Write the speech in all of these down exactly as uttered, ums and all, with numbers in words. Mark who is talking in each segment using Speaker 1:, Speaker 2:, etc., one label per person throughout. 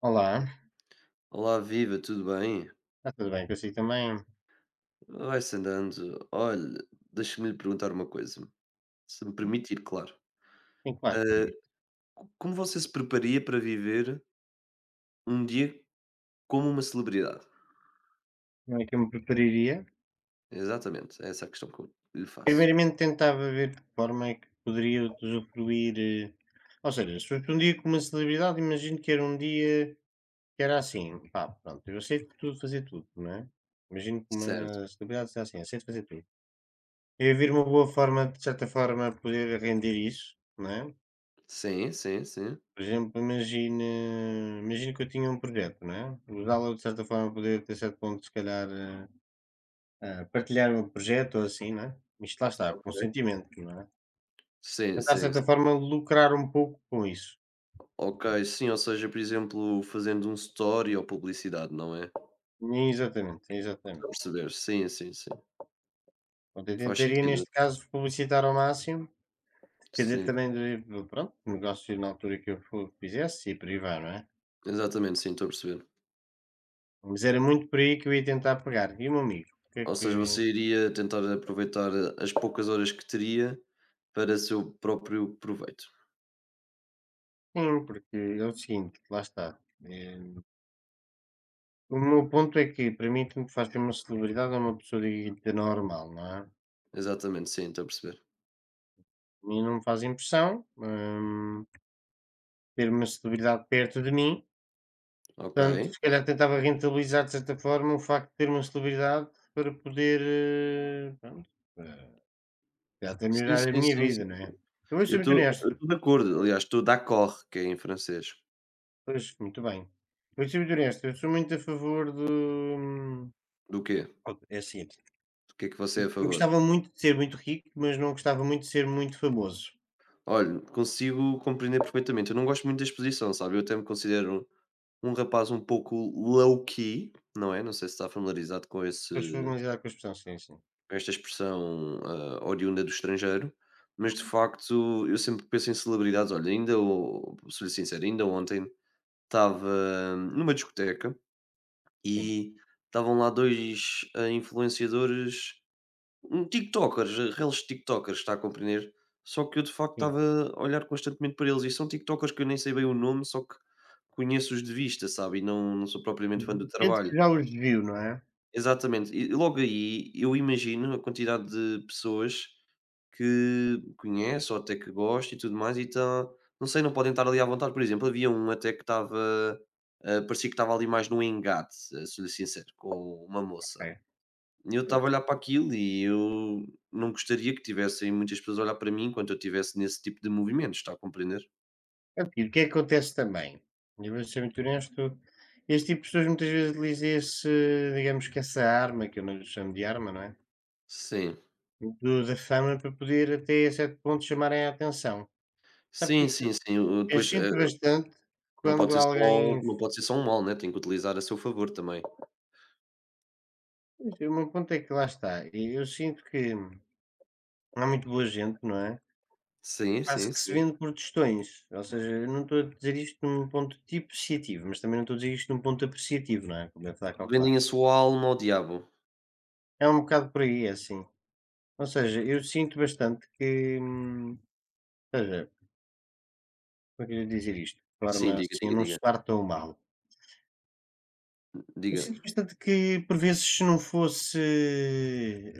Speaker 1: Olá,
Speaker 2: Olá, viva, tudo bem?
Speaker 1: está tudo bem consigo também?
Speaker 2: Vai-se andando. Olha, deixa-me lhe perguntar uma coisa, se me permitir, claro.
Speaker 1: Sim, claro.
Speaker 2: Co- Como você se preparia para viver um dia como uma celebridade?
Speaker 1: Como é que eu me prepararia?
Speaker 2: Exatamente, é essa é a questão que eu lhe faço.
Speaker 1: Primeiramente tentava ver de que forma é que poderia usufruir, eh, ou seja, se fosse um dia com uma celebridade, imagino que era um dia que era assim, pá, pronto, eu aceito tudo, fazer tudo, não é? Imagino que uma
Speaker 2: Certo.
Speaker 1: celebridade seja assim, aceito fazer tudo. Eu havia uma boa forma, de certa forma, poder render isso, não é?
Speaker 2: Sim, sim, sim.
Speaker 1: Por exemplo, imagina, imagina que eu tinha um projeto, não é? Usá-lo de certa forma, poder ter certo ponto, se calhar. eh, Ah, partilhar um projeto ou assim, não é? Isto lá está, com
Speaker 2: Ok.
Speaker 1: sentimento, não é?
Speaker 2: Sim,
Speaker 1: Tentar, de
Speaker 2: sim, sim.
Speaker 1: certa forma, lucrar um pouco com isso.
Speaker 2: Ok, sim, ou seja, por exemplo, fazendo um story ou publicidade, não é?
Speaker 1: Exatamente,
Speaker 2: Estou a
Speaker 1: exatamente.
Speaker 2: perceber. Sim, sim, sim.
Speaker 1: Pronto, eu
Speaker 2: Faz
Speaker 1: tentaria,
Speaker 2: sentido.
Speaker 1: neste caso, publicitar ao máximo, depender
Speaker 2: Sim,
Speaker 1: também do, do- pronto, do negócio na altura que eu fu- fizesse e por aí vai, não é?
Speaker 2: exatamente, sim, estou a perceber.
Speaker 1: Mas era muito por aí que eu ia tentar pegar. E o meu amigo? O que é
Speaker 2: Ou
Speaker 1: que.
Speaker 2: seja, você iria tentar aproveitar as poucas horas que teria para seu próprio proveito.
Speaker 1: Sim, porque é o seguinte, lá está. eh, O meu ponto é que, para mim, tanto faz ter uma celebridade ou uma pessoa dita normal, não é?
Speaker 2: Exatamente, sim, estou a perceber.
Speaker 1: A mim não me faz impressão. Hum, ter uma celebridade perto de mim,
Speaker 2: Ok.
Speaker 1: portanto, se calhar tentava rentabilizar de certa forma o facto de ter uma celebridade para poder, eh, pronto, eh, já até
Speaker 2: Sim,
Speaker 1: melhorar a
Speaker 2: sim,
Speaker 1: minha
Speaker 2: sim, sim.
Speaker 1: vida, não é? Eu vou
Speaker 2: Eu
Speaker 1: ser muito
Speaker 2: estou eu
Speaker 1: honesto,
Speaker 2: estou de acordo. Aliás, estou d'accord, que é em francês.
Speaker 1: pois, muito bem. Eu vou ser muito honesto, eu sou muito a favor do.
Speaker 2: Do quê?
Speaker 1: Pronto, é assim,
Speaker 2: Do que é que você é a
Speaker 1: eu
Speaker 2: favor?
Speaker 1: gostava muito de ser muito rico, mas não gostava muito de ser muito famoso.
Speaker 2: Olha, consigo compreender perfeitamente. Eu não gosto muito da exposição, sabe? Eu até me considero um um rapaz um pouco low-key, não é? Não sei se está familiarizado com esse
Speaker 1: Para familiarizar com a expressão, sim, sim.
Speaker 2: esta expressão, hã, oriunda do estrangeiro, mas de
Speaker 1: Uhum.
Speaker 2: facto eu sempre penso em celebridades. Olha, ainda o sou-lhe sincero, ainda ontem estava numa discoteca
Speaker 1: Sim,
Speaker 2: e estavam lá dois hã, influenciadores, um tiktokers, ah, reles tiktokers, está a compreender? Só que eu de facto
Speaker 1: sim.
Speaker 2: estava a olhar constantemente para eles e são tiktokers que eu nem sei bem o nome, só que conheço-os de vista, sabe, e não não sou propriamente fã do
Speaker 1: Gente
Speaker 2: trabalho.
Speaker 1: que já os viu, não é?
Speaker 2: Exatamente, e logo aí eu imagino a quantidade de pessoas que conhece ou até que gosta e tudo mais, e então, não sei, não podem estar ali à vontade. Por exemplo, havia um até que estava, ah, parecia que estava ali mais no engate, ah, sou-lhe sincero, com uma moça. E eu
Speaker 1: É.
Speaker 2: estava a olhar para aquilo e eu não gostaria que tivessem muitas pessoas a olhar para mim enquanto eu estivesse nesse tipo de movimentos, está a compreender?
Speaker 1: É porque o que é que acontece também? Eu vou ser muito honesto, este tipo de pessoas muitas vezes utiliza esse, digamos que essa arma, que eu não lhe chamo de arma, não é?
Speaker 2: Sim,
Speaker 1: Do- da fama para poder até a certo ponto chamarem a atenção. Sabe que
Speaker 2: sim,
Speaker 1: eu
Speaker 2: sim, sim. o-
Speaker 1: eu
Speaker 2: Depois eh,
Speaker 1: sinto bastante
Speaker 2: não pode
Speaker 1: quando
Speaker 2: ser só,
Speaker 1: alguém.
Speaker 2: não pode ser só um mal, né? Tem que utilizar a seu favor também.
Speaker 1: Pois, o meu ponto é que lá está. E eu sinto que há muito boa gente, não é?
Speaker 2: Sim,
Speaker 1: Quase
Speaker 2: sim,
Speaker 1: que se
Speaker 2: sim.
Speaker 1: vende por tostões. Ou seja, eu não estou a dizer isto num ponto depreciativo, mas também não estou a dizer isto num ponto apreciativo, não é? Como deve estar calculado.
Speaker 2: Vendem a sua alma ao diabo.
Speaker 1: É um bocado por aí, é assim. Ou seja, eu sinto bastante que, hum, ou seja, como é que eu ia dizer isto? De
Speaker 2: Sim,
Speaker 1: forma
Speaker 2: diga,
Speaker 1: assim, a
Speaker 2: diga,
Speaker 1: não
Speaker 2: diga.
Speaker 1: soar tão mal. Eu
Speaker 2: Diga.
Speaker 1: sinto bastante que, por vezes, se não fosse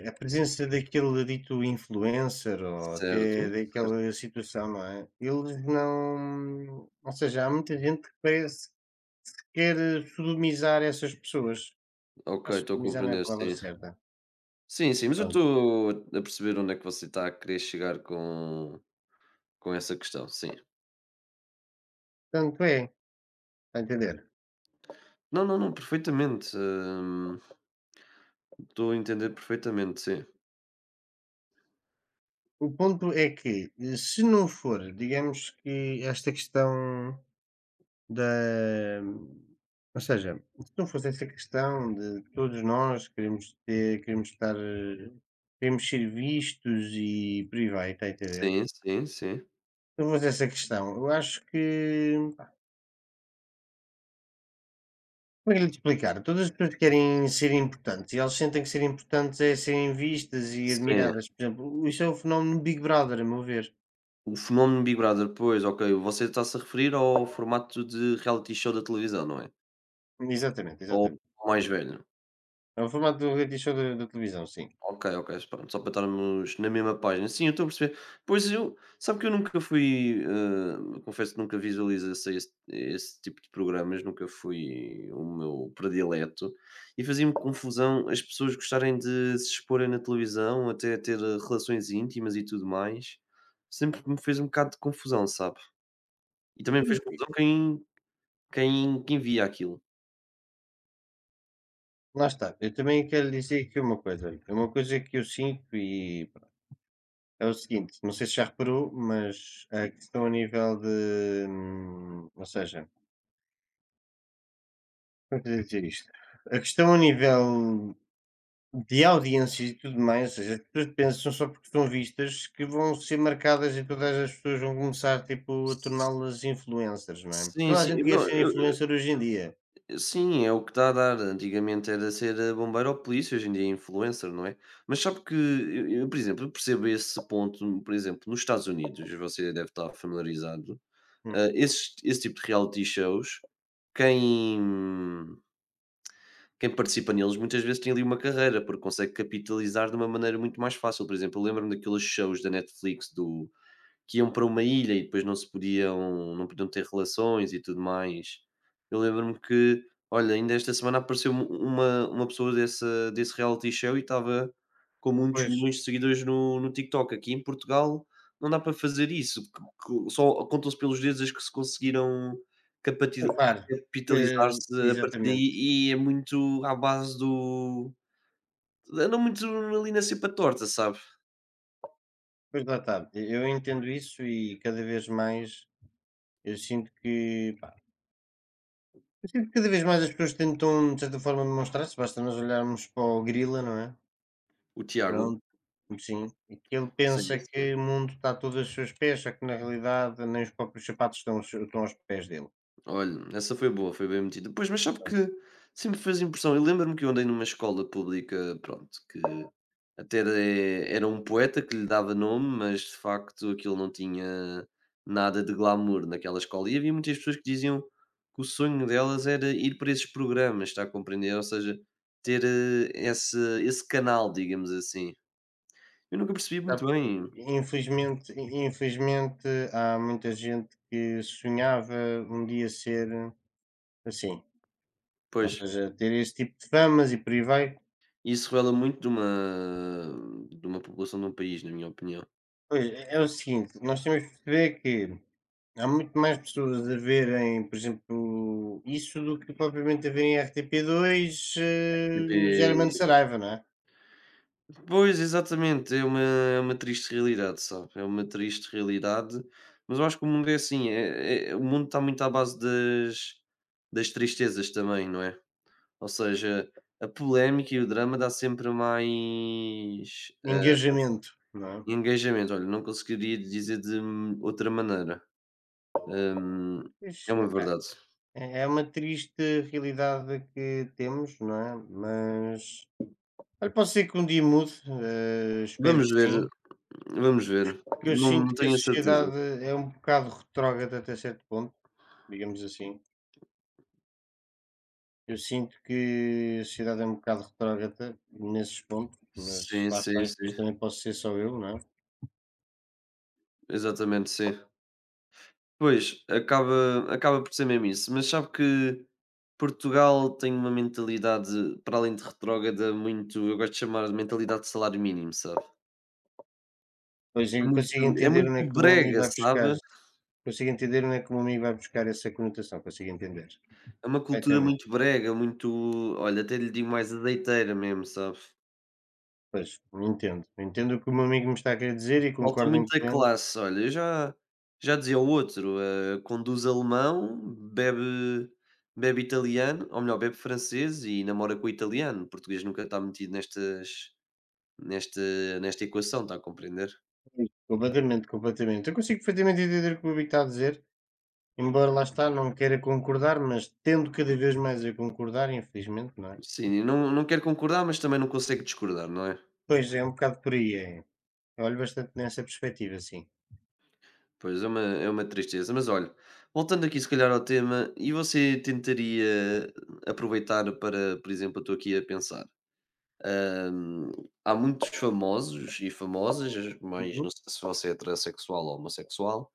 Speaker 1: a presença daquele dito influencer ou
Speaker 2: Certo,
Speaker 1: até
Speaker 2: certo.
Speaker 1: daquela situação, não é? Eles não. Ou seja, há muita gente que parece que quer sodomizar essas pessoas.
Speaker 2: Ok,
Speaker 1: Ah,
Speaker 2: estou a
Speaker 1: sodomizar não é a
Speaker 2: compreender,
Speaker 1: palavra
Speaker 2: sim.
Speaker 1: certa.
Speaker 2: Sim, sim, mas eu
Speaker 1: Pronto.
Speaker 2: estou a perceber onde é que você está a querer chegar com, com essa questão, sim.
Speaker 1: Tanto é, está a entender?
Speaker 2: Não, não, não, perfeitamente. hum, Estou a entender perfeitamente, sim.
Speaker 1: O ponto é que, eh, se não for, digamos que esta questão da ou seja, se não fosse essa questão de todos nós queremos ter queremos estar, eh, queremos ser vistos e por aí vai, está a entender?
Speaker 2: Sim, sim, sim.
Speaker 1: Se não fosse essa questão, eu acho que pá, como é que lhe explicar? Todas as pessoas querem ser importantes e elas sentem que ser importantes é serem vistas e
Speaker 2: Sim.
Speaker 1: admiradas. Por exemplo, isso é o fenómeno Big Brother, a meu ver.
Speaker 2: O fenómeno Big Brother, pois, ok. Você está-se a referir ao formato de reality show da televisão, não é?
Speaker 1: Exatamente,
Speaker 2: Ou
Speaker 1: exatamente.
Speaker 2: ao mais velho?
Speaker 1: É o formato do reality show da da televisão, sim.
Speaker 2: Ok, ok, pronto, só para estarmos na mesma página. Sim, eu estou a perceber. Pois eu, sabe que eu nunca fui, eh, confesso que nunca visualizei esse, esse tipo de programas, nunca fui o meu predileto. E fazia-me confusão as pessoas gostarem de se exporem na televisão, até ter eh, relações íntimas e tudo mais. Sempre me fez um bocado de confusão, sabe? E também me fez
Speaker 1: Depois,
Speaker 2: confusão quem, quem, quem via aquilo.
Speaker 1: lá está, eu também quero dizer aqui uma coisa, olha, é uma coisa que eu sinto e pronto, é o seguinte, não sei se já reparou, mas a questão a nível de, hum, ou seja, como é que eu devo dizer isto? A questão a nível de audiências e tudo mais, ou seja, as pessoas pensam só porque são vistas que vão ser marcadas e todas as pessoas vão começar tipo a
Speaker 2: S-
Speaker 1: torná-las influencers, não é?
Speaker 2: Sim,
Speaker 1: Toda a
Speaker 2: sim.
Speaker 1: gente
Speaker 2: eu
Speaker 1: quer
Speaker 2: Não,
Speaker 1: ser
Speaker 2: eu,
Speaker 1: influencer hoje em dia.
Speaker 2: Sim, é o que está a dar. Antigamente era ser eh, bombeiro ou polícia, hoje em dia é influencer, não é? Mas sabe que, eu, eu, por exemplo, eu percebo esse ponto, por exemplo, nos Estados Unidos, você deve estar familiarizado, eh,
Speaker 1: Uhum.
Speaker 2: esses- esse, tipo de reality shows, quem, quem participa neles muitas vezes tem ali uma carreira, porque consegue capitalizar de uma maneira muito mais fácil. Por exemplo, eu lembro-me daqueles shows da Netflix que iam para uma ilha e depois não se podiam não podiam ter relações e tudo mais. Eu lembro-me que, olha, ainda esta semana apareceu uma uma pessoa dessa desse reality show e estava com muitos
Speaker 1: Pois.
Speaker 2: milhões de seguidores no no TikTok. Aqui em Portugal não dá para fazer isso, que que só contam-se pelos dedos as que se conseguiram capati
Speaker 1: Repare que
Speaker 2: capitalizar-se a partir daí,
Speaker 1: exatamente,
Speaker 2: e é muito à base do andam muito ali na cepa torta, sabe?
Speaker 1: pois lá está, eu entendo isso e cada vez mais eu sinto que, pá, eu sinto que cada vez mais as pessoas tentam de certa forma demonstrar-se, basta nós olharmos para o gorila, não é?
Speaker 2: O Tiago.
Speaker 1: Pronto, sim, e que ele
Speaker 2: Sim,
Speaker 1: pensa
Speaker 2: sim.
Speaker 1: que o mundo está todo aos seus pés, só que na realidade nem os próprios sapatos estão, aos- estão aos pés dele.
Speaker 2: Olha, essa foi boa, foi bem metida. Pois, mas sabe que sempre fez impressão. Eu lembro-me que eu andei numa escola pública, pronto, que até era era um poeta que lhe dava nome, mas de facto aquilo não tinha nada de glamour naquela escola. E havia muitas pessoas que diziam que o sonho delas era ir para esses programas, está a compreender? Ou seja, ter eh, esse, esse canal, digamos assim. Eu nunca percebi
Speaker 1: Sabe?
Speaker 2: muito bem,
Speaker 1: Infelizmente, infelizmente há muita gente que sonhava um dia ser assim. Ou
Speaker 2: pois.
Speaker 1: seja, ter esse tipo de famas e por aí vai.
Speaker 2: Isso revela muito de uma, de uma população de um país, na minha opinião.
Speaker 1: Pois, é é o seguinte, nós temos que perceber que há muito mais pessoas a verem, por exemplo, isso do que propriamente a verem R T P dois eh, Germano Saraiva, não é?
Speaker 2: Pois, exatamente, é uma é uma triste realidade, sabe, é uma triste realidade, mas eu acho que o mundo é assim, é é o mundo, está muito à base das das tristezas também, não é? Ou seja, a polémica e o drama dá sempre mais eh,
Speaker 1: Engajamento, não é?
Speaker 2: engajamento, olha, não conseguiria dizer de outra maneira, hum,
Speaker 1: Pois,
Speaker 2: é uma
Speaker 1: epá,
Speaker 2: verdade.
Speaker 1: é é uma triste realidade que temos, não é? Mas, olha, pode ser que um dia mude, eh, espero
Speaker 2: Vamos
Speaker 1: que
Speaker 2: ver,
Speaker 1: sim,
Speaker 2: vamos ver,
Speaker 1: que eu
Speaker 2: não não
Speaker 1: sinto que a
Speaker 2: tenho a certeza.
Speaker 1: sociedade é um bocado retrógrada até certo ponto, digamos assim. Eu sinto que a sociedade é um bocado retrógrada nesses pontos, mas
Speaker 2: Sim,
Speaker 1: lá
Speaker 2: sim,
Speaker 1: está, isto depois
Speaker 2: sim,
Speaker 1: também posso ser só eu, não é?
Speaker 2: exatamente, sim. Pois, acaba acaba por ser mesmo isso, mas sabe que Portugal tem uma mentalidade, para além de retrógrada, muito, eu gosto de chamar de mentalidade de salário mínimo, sabe?
Speaker 1: Pois
Speaker 2: É
Speaker 1: eu consigo
Speaker 2: muito é
Speaker 1: entender onde é
Speaker 2: muito
Speaker 1: que o meu amigo
Speaker 2: brega,
Speaker 1: vai buscar,
Speaker 2: sabe?
Speaker 1: consigo entender onde é que o meu amigo vai buscar essa conotação, consigo entender.
Speaker 2: É uma cultura
Speaker 1: Perfeitamente,
Speaker 2: muito brega, muito, olha, até lhe digo mais, azeiteira mesmo, sabe?
Speaker 1: pois, entendo. Entendo o que o meu amigo me está a querer dizer e
Speaker 2: Falta
Speaker 1: concordo em
Speaker 2: muita
Speaker 1: pleno.
Speaker 2: classe, olha, eu já já dizia ao outro, eh, conduz alemão, bebe bebe italiano, ou melhor, bebe francês e namora com o italiano. O português nunca está metido nestas neste, nesta equação, está a compreender?
Speaker 1: Completamente, completamente. Eu consigo perfeitamente entender o que o meu amigo está a dizer, embora lá está, não queira concordar, mas tendo cada vez mais a concordar, infelizmente, não é?
Speaker 2: Sim, e não, não quero concordar, mas também não consigo discordar, não é?
Speaker 1: Pois é, um bocado por aí, é. Eu olho bastante nessa perspectiva, sim.
Speaker 2: Pois, é uma, é uma tristeza. Mas olha, voltando aqui se calhar ao tema, e você tentaria aproveitar para, por exemplo, eu estou aqui a pensar. hum, Há muitos famosos e famosas, mas
Speaker 1: Uhum.
Speaker 2: não sei se você é heterossexual ou homossexual.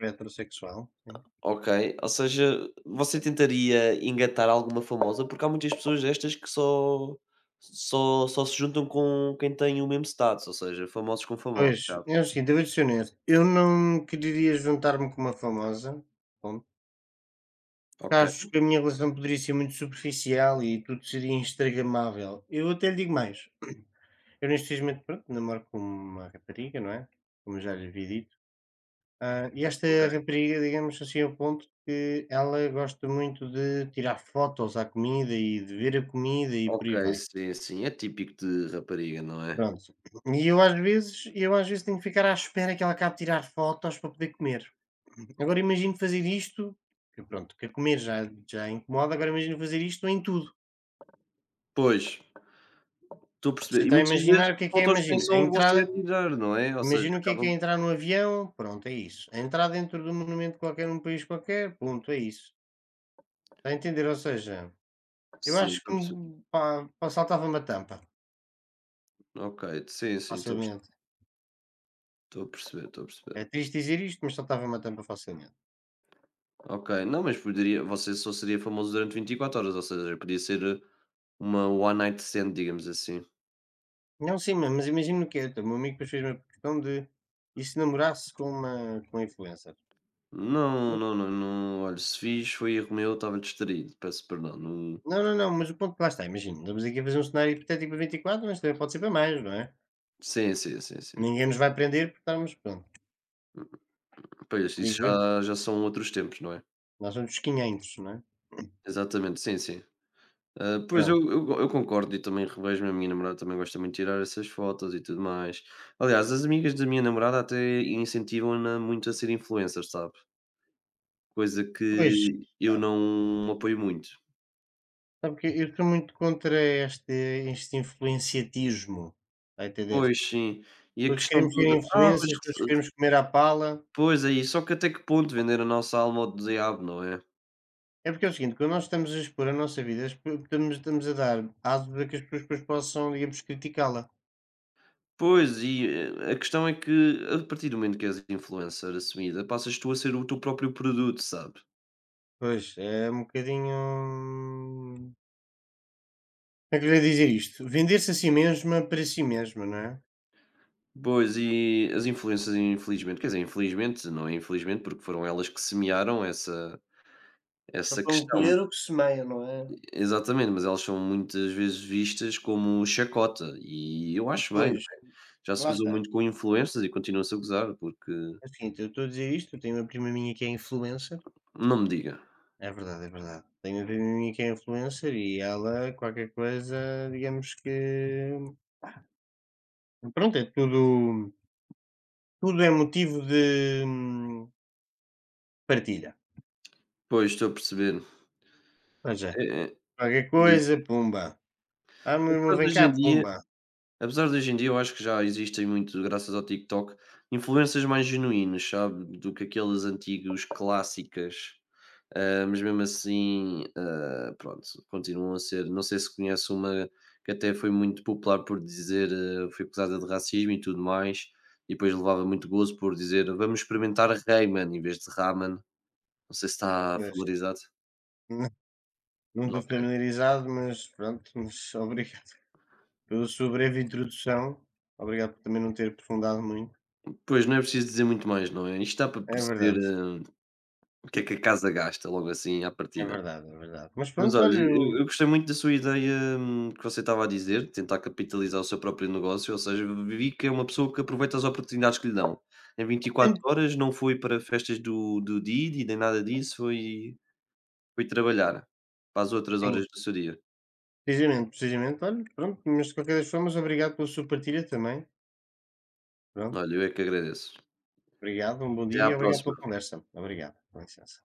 Speaker 1: Heterossexual, sim.
Speaker 2: Ok, ou seja, você tentaria engatar alguma famosa? Porque há muitas pessoas destas que só só só se juntam com quem tem o mesmo status, ou seja, famosos com famosos,
Speaker 1: Pois,
Speaker 2: sabe?
Speaker 1: é o seguinte, eu vou ser honesto, eu não queria juntar-me com uma famosa.
Speaker 2: Ok,
Speaker 1: Acho que a minha relação poderia ser muito superficial e tudo seria instagramável. Eu até lhe digo mais, eu neste momento, pronto, namoro com uma rapariga, não é, como já lhe havia dito, ah, e esta
Speaker 2: ok,
Speaker 1: rapariga, digamos assim, ao ponto que ela gosta muito de tirar fotos à comida e de ver a comida e por
Speaker 2: ok,
Speaker 1: aí vai.
Speaker 2: sim, sim, é típico de rapariga, não é?
Speaker 1: Pronto. E eu às vezes eu às vezes tenho que ficar à espera que ela acabe de tirar fotos para poder comer. Agora imagino fazer isto, que pronto, que comer já já incomoda, agora imagino fazer isto em tudo.
Speaker 2: Pois, estou a
Speaker 1: Você
Speaker 2: perceber. E
Speaker 1: está a
Speaker 2: muitas vezes
Speaker 1: imaginar o que é que é,
Speaker 2: fotos nem
Speaker 1: imagina, a
Speaker 2: são você
Speaker 1: entrada
Speaker 2: a tirar, não é? Ou seja,
Speaker 1: imagina o que é que é
Speaker 2: acabam.
Speaker 1: entrar no avião, pronto, é isso. A entrar dentro de um monumento qualquer, num país qualquer, ponto, é isso. Está a entender? Ou seja, eu
Speaker 2: Sim,
Speaker 1: acho
Speaker 2: estou a
Speaker 1: que,
Speaker 2: perceber.
Speaker 1: hum, pá, pá, saltava-me a tampa
Speaker 2: Ok, sim, sim, estou a perce
Speaker 1: facilmente.
Speaker 2: estou a perceber, estou a
Speaker 1: É
Speaker 2: perceber.
Speaker 1: triste dizer isto, mas saltava-me a tampa facilmente.
Speaker 2: Ok, não, mas poderia, você só seria famoso durante vinte e quatro horas, ou seja, podia ser uma one night stand, digamos assim.
Speaker 1: Não, sim, mas mas imagina o que é. O meu amigo depois fez uma questão de e se namorasse com uma, com uma influencer.
Speaker 2: Não, não, não, não, olha, se fiz foi erro meu, estava distraído, peço perdão, não.
Speaker 1: Não, não, não, mas o ponto que lá está, imagina, estamos aqui a fazer um cenário hipotético para vinte e quatro, mas também pode ser para mais, não é?
Speaker 2: Sim, sim, sim, sim.
Speaker 1: Ninguém nos vai prender porque estamos, pronto,
Speaker 2: Pois, isso
Speaker 1: digo eu.
Speaker 2: já já são outros tempos, não é?
Speaker 1: Nós somos os quinhentos, não é?
Speaker 2: Exatamente, sim, sim. Ah, pois eu
Speaker 1: Pronto.
Speaker 2: eu eu concordo e também revejo-me, a minha namorada também gosta muito de tirar essas fotos e tudo mais. Aliás, as amigas da minha namorada até incentivam-na muito a ser influencer, sabe, coisa que
Speaker 1: Pois, pá,
Speaker 2: eu não apoio muito.
Speaker 1: sabe que eu estou muito contra este este influenciatismo, está a entender?
Speaker 2: Pois, sim. E a
Speaker 1: Todos
Speaker 2: questão
Speaker 1: queremos ser
Speaker 2: toda: "Ah, mas..."
Speaker 1: influências, todos queremos comer à pala.
Speaker 2: Pois é isso, só que até que ponto vender a nossa alma ao diabo, não é?
Speaker 1: É porque é o seguinte, quando nós estamos a expor a nossa vida, expo estamos estamos a dar aso a que as pessoas depois possam, digamos, criticá-la.
Speaker 2: Pois, e eh, a questão é que a partir do momento que és influencer assumida, passas tu a ser o teu próprio produto, sabe?
Speaker 1: Pois, é um bocadinho como é que eu lhe dizer isto? Vender-se a si mesma para si mesma, não é?
Speaker 2: Pois, e as influências infelizmente, quer dizer, infelizmente, não é infelizmente, porque foram elas que semearam essa
Speaker 1: Para
Speaker 2: essa questão.
Speaker 1: colher o que semeia, não é?
Speaker 2: Exatamente, mas elas são muitas vezes vistas como chacota e eu acho bem, não
Speaker 1: Pois,
Speaker 2: é? Já se
Speaker 1: lá
Speaker 2: gozou
Speaker 1: está.
Speaker 2: muito com influências e continua-se a gozar, porque
Speaker 1: Assim, eu estou a dizer isto, eu tenho uma prima minha que é influencer.
Speaker 2: não me diga.
Speaker 1: É verdade, é verdade. Tenho uma prima minha que é influencer e ela, qualquer coisa, digamos que. Pronto, é tudo. Tudo é motivo de hum, partilha.
Speaker 2: Pois, estou a perceber.
Speaker 1: Ou seja,
Speaker 2: É é
Speaker 1: qualquer coisa, pumba. Ah, meu irmão,
Speaker 2: Apesar de
Speaker 1: vem
Speaker 2: hoje em
Speaker 1: cá,
Speaker 2: dia
Speaker 1: pumba.
Speaker 2: Apesar de hoje em dia eu acho que já existem muito, graças ao TikTok, influências mais genuínas, sabe, do que aqueles antigos clássicas, ah, mas mesmo assim, ah, pronto, continuam a ser. Não sei se conhece uma que até foi muito popular por dizer, ah, foi acusada de racismo e tudo mais, e depois levava muito gozo por dizer: "Vamos experimentar Rayman", em vez de Ramen, não sei se está
Speaker 1: Mas,
Speaker 2: familiarizado?
Speaker 1: não estou
Speaker 2: Ok.
Speaker 1: familiarizado, mas pronto, mas obrigado pela sua breve introdução. Obrigado por também não ter aprofundado muito.
Speaker 2: Pois, não é preciso dizer muito mais, não é? Isto dá para
Speaker 1: É
Speaker 2: perceber,
Speaker 1: verdade,
Speaker 2: ah o que é que a casa gasta logo assim à
Speaker 1: é
Speaker 2: partida?
Speaker 1: verdade, é verdade. Mas
Speaker 2: Mas
Speaker 1: pronto,
Speaker 2: olha,
Speaker 1: olha, eu.
Speaker 2: eu eu gostei muito da sua ideia, hum, que você estava a dizer, de tentar capitalizar o seu próprio negócio, ou seja, vi que é uma pessoa que aproveita as oportunidades que lhe dão. Em vinte e quatro
Speaker 1: tento-
Speaker 2: horas não foi para festas do do Didi, nem nada disso, foi foi trabalhar para as outras
Speaker 1: Sim.
Speaker 2: horas do seu dia.
Speaker 1: Precisamente, precisamente. Olha, pronto, mas de qualquer das formas, obrigado pela sua partilha também. Pronto,
Speaker 2: Olha, eu é que agradeço.
Speaker 1: obrigado, um bom
Speaker 2: Até
Speaker 1: dia
Speaker 2: à
Speaker 1: e obrigado
Speaker 2: próxima.
Speaker 1: pela conversa. Obrigado, com licença.